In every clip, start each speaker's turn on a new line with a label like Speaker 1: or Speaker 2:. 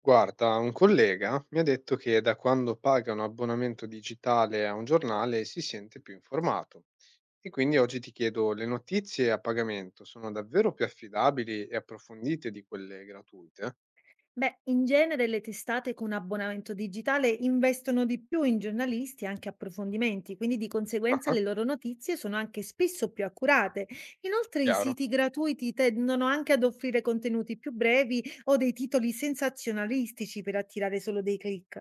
Speaker 1: Guarda, un collega mi ha detto che da quando paga un abbonamento digitale a un giornale si sente più informato. E quindi oggi ti chiedo, le notizie a pagamento sono davvero più affidabili e approfondite di quelle gratuite?
Speaker 2: Beh, in genere le testate con abbonamento digitale investono di più in giornalisti e anche approfondimenti, quindi di conseguenza
Speaker 1: Ah,
Speaker 2: le loro notizie sono anche spesso più accurate. Inoltre i
Speaker 1: chiaro,
Speaker 2: siti gratuiti tendono anche ad offrire contenuti più brevi o dei titoli sensazionalistici per attirare solo dei click.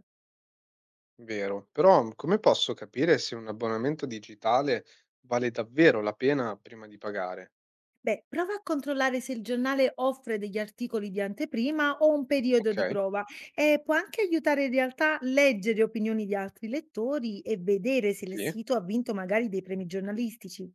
Speaker 1: vero. Però come posso capire se un abbonamento digitale vale davvero la pena prima di pagare?
Speaker 2: Beh, prova a controllare se il giornale offre degli articoli di anteprima o un periodo
Speaker 1: Ok,
Speaker 2: di prova e può anche aiutare in realtà a leggere opinioni di altri lettori e vedere se il
Speaker 1: sì.
Speaker 2: sito ha vinto magari dei premi giornalistici.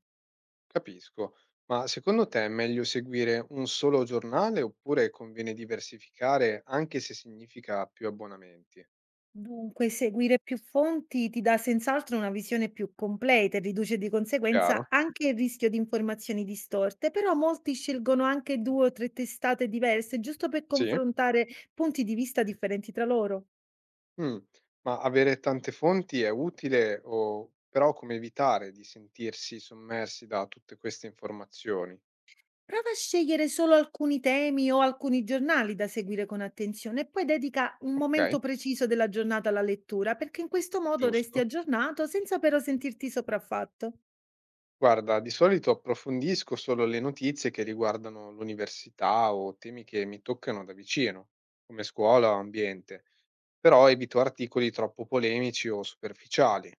Speaker 1: Capisco, ma secondo te è meglio seguire un solo giornale oppure conviene diversificare anche se significa più abbonamenti?
Speaker 2: Dunque, seguire più fonti ti dà senz'altro una visione più completa e riduce di conseguenza
Speaker 1: Chiaro?
Speaker 2: anche il rischio di informazioni distorte, però molti scelgono anche due o tre testate diverse giusto per
Speaker 1: Sì?
Speaker 2: confrontare punti di vista differenti tra loro.
Speaker 1: Mm, ma avere tante fonti è utile o però come evitare di sentirsi sommersi da tutte queste informazioni?
Speaker 2: Prova a scegliere solo alcuni temi o alcuni giornali da seguire con attenzione e poi dedica un
Speaker 1: Ok,
Speaker 2: momento preciso della giornata alla lettura, perché in questo modo resti
Speaker 1: giusto.
Speaker 2: aggiornato senza però sentirti sopraffatto.
Speaker 1: Guarda, di solito approfondisco solo le notizie che riguardano l'università o temi che mi toccano da vicino, come scuola o ambiente, però evito articoli troppo polemici o superficiali,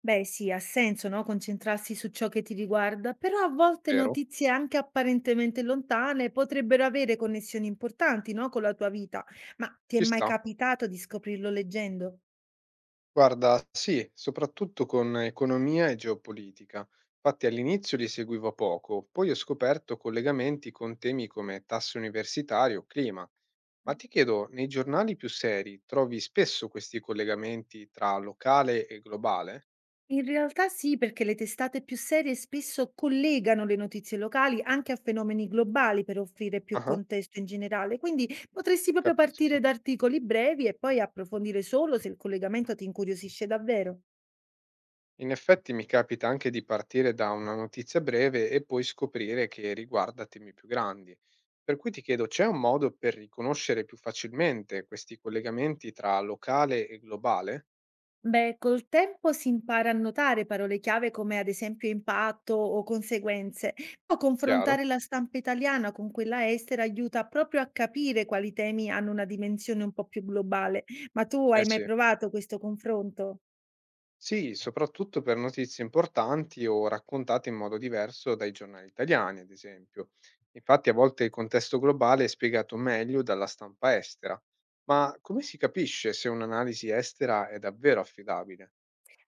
Speaker 2: Beh, sì, ha senso, no? Concentrarsi su ciò che ti riguarda, però a volte
Speaker 1: vero?
Speaker 2: notizie anche apparentemente lontane potrebbero avere connessioni importanti, no? Con la tua vita. Ma ti è
Speaker 1: Ci
Speaker 2: mai
Speaker 1: sta.
Speaker 2: capitato di scoprirlo leggendo?
Speaker 1: Guarda, sì, soprattutto con economia e geopolitica. Infatti all'inizio li seguivo poco, poi ho scoperto collegamenti con temi come tasse universitarie o clima. Ma ti chiedo, nei giornali più seri trovi spesso questi collegamenti tra locale e globale?
Speaker 2: In realtà sì, perché le testate più serie spesso collegano le notizie locali anche a fenomeni globali per offrire più
Speaker 1: Ah-ah,
Speaker 2: contesto in generale, quindi potresti proprio partire
Speaker 1: capisco.
Speaker 2: da articoli brevi e poi approfondire solo se il collegamento ti incuriosisce davvero.
Speaker 1: In effetti mi capita anche di partire da una notizia breve e poi scoprire che riguarda temi più grandi. Per cui ti chiedo, c'è un modo per riconoscere più facilmente questi collegamenti tra locale e globale?
Speaker 2: Beh, col tempo si impara a notare parole chiave come ad esempio impatto o conseguenze, o
Speaker 1: Chiaro?
Speaker 2: confrontare la stampa italiana con quella estera aiuta proprio a capire quali temi hanno una dimensione un po' più globale. Ma tu hai
Speaker 1: Eh
Speaker 2: mai
Speaker 1: sì.
Speaker 2: provato questo confronto?
Speaker 1: Sì, soprattutto per notizie importanti o raccontate in modo diverso dai giornali italiani, ad esempio. Infatti, a volte il contesto globale è spiegato meglio dalla stampa estera. Ma come si capisce se un'analisi estera è davvero affidabile?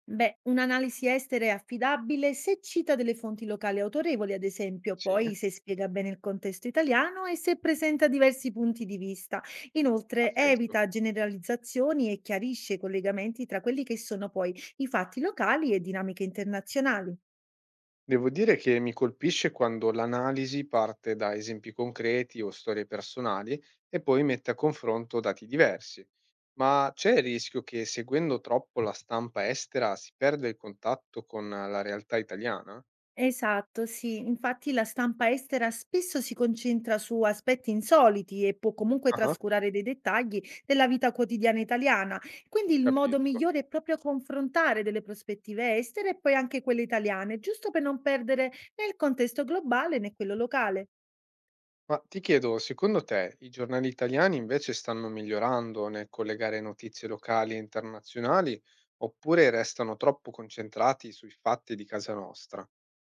Speaker 2: Beh, un'analisi estera è affidabile se cita delle fonti locali autorevoli, ad esempio,
Speaker 1: Sì,
Speaker 2: poi se spiega bene il contesto italiano e se presenta diversi punti di vista.
Speaker 1: ha
Speaker 2: Inoltre,
Speaker 1: senso.
Speaker 2: evita generalizzazioni e chiarisce i collegamenti tra quelli che sono poi i fatti locali e dinamiche internazionali.
Speaker 1: Devo dire che mi colpisce quando l'analisi parte da esempi concreti o storie personali e poi mette a confronto dati diversi. Ma c'è il rischio che seguendo troppo la stampa estera si perda il contatto con la realtà italiana?
Speaker 2: Esatto, sì. Infatti la stampa estera spesso si concentra su aspetti insoliti e può comunque
Speaker 1: Ah-ah,
Speaker 2: trascurare dei dettagli della vita quotidiana italiana. Quindi il modo
Speaker 1: capisco.
Speaker 2: migliore è proprio confrontare delle prospettive estere e poi anche quelle italiane, giusto per non perdere né il contesto globale né quello locale.
Speaker 1: Ma ti chiedo, secondo te i giornali italiani invece stanno migliorando nel collegare notizie locali e internazionali oppure restano troppo concentrati sui fatti di casa nostra?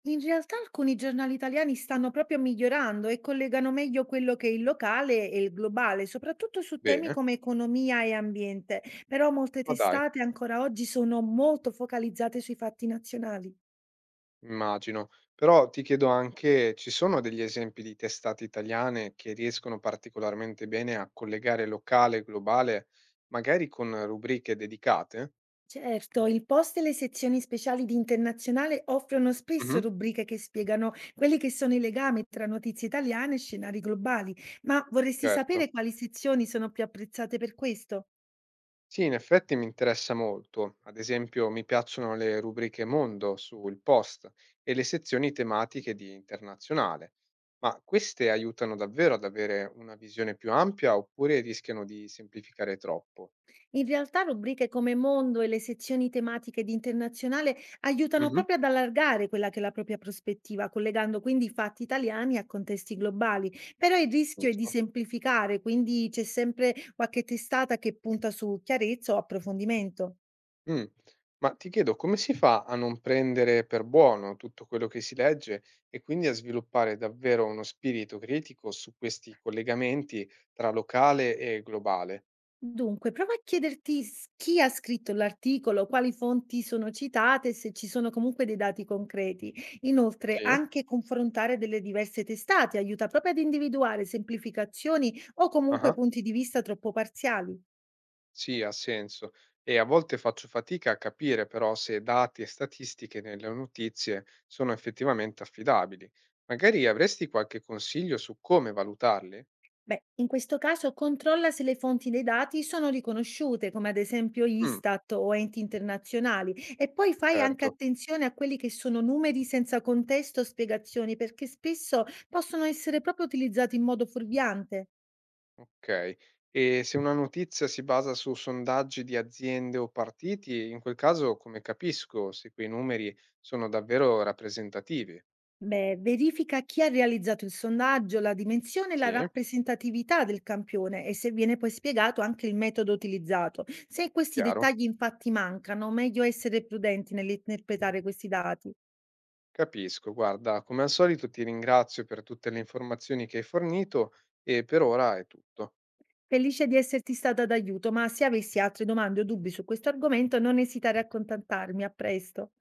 Speaker 2: In realtà alcuni giornali italiani stanno proprio migliorando e collegano meglio quello che è il locale e il globale, soprattutto su temi
Speaker 1: Bene,
Speaker 2: come economia e ambiente, però molte
Speaker 1: ma dai.
Speaker 2: testate ancora oggi sono molto focalizzate sui fatti nazionali.
Speaker 1: Immagino. Però ti chiedo anche, ci sono degli esempi di testate italiane che riescono particolarmente bene a collegare locale e globale, magari con rubriche dedicate?
Speaker 2: Certo, il Post e le sezioni speciali di Internazionale offrono spesso
Speaker 1: Mhm.
Speaker 2: rubriche che spiegano quelli che sono i legami tra notizie italiane e scenari globali, ma vorresti
Speaker 1: Certo.
Speaker 2: sapere quali sezioni sono più apprezzate per questo?
Speaker 1: Sì, in effetti mi interessa molto. Ad esempio, mi piacciono le rubriche Mondo sul Post e le sezioni tematiche di Internazionale. Ma queste aiutano davvero ad avere una visione più ampia oppure rischiano di semplificare troppo?
Speaker 2: In realtà rubriche come Mondo e le sezioni tematiche di Internazionale aiutano
Speaker 1: Mhm.
Speaker 2: proprio ad allargare quella che è la propria prospettiva, collegando quindi i fatti italiani a contesti globali. Però il rischio è di
Speaker 1: Giusto.
Speaker 2: semplificare, quindi c'è sempre qualche testata che punta su chiarezza o approfondimento.
Speaker 1: Mh. Ma ti chiedo come si fa a non prendere per buono tutto quello che si legge e quindi a sviluppare davvero uno spirito critico su questi collegamenti tra locale e globale?
Speaker 2: Dunque, prova a chiederti chi ha scritto l'articolo, quali fonti sono citate, se ci sono comunque dei dati concreti. Inoltre,
Speaker 1: Sì.
Speaker 2: anche confrontare delle diverse testate aiuta proprio ad individuare semplificazioni o comunque
Speaker 1: Ah-ah.
Speaker 2: punti di vista troppo parziali.
Speaker 1: Sì, ha senso. E a volte faccio fatica a capire però se dati e statistiche nelle notizie sono effettivamente affidabili. Magari avresti qualche consiglio su come valutarli?
Speaker 2: Beh, in questo caso controlla se le fonti dei dati sono riconosciute, come ad esempio
Speaker 1: Mh,
Speaker 2: Istat o enti internazionali, e poi fai anche
Speaker 1: certo.
Speaker 2: attenzione a quelli che sono numeri senza contesto o spiegazioni, perché spesso possono essere proprio utilizzati in modo fuorviante.
Speaker 1: Okay. E se una notizia si basa su sondaggi di aziende o partiti, in quel caso come capisco se quei numeri sono davvero rappresentativi?
Speaker 2: Beh, verifica chi ha realizzato il sondaggio, la dimensione e la
Speaker 1: Sì?
Speaker 2: rappresentatività del campione e se viene poi spiegato anche il metodo utilizzato. Se questi
Speaker 1: Chiaro?
Speaker 2: dettagli infatti mancano, meglio essere prudenti nell'interpretare questi dati.
Speaker 1: Capisco. Guarda, come al solito ti ringrazio per tutte le informazioni che hai fornito e per ora è tutto.
Speaker 2: Felice di esserti stata d'aiuto, ma se avessi altre domande o dubbi su questo argomento non esitare a contattarmi. A presto.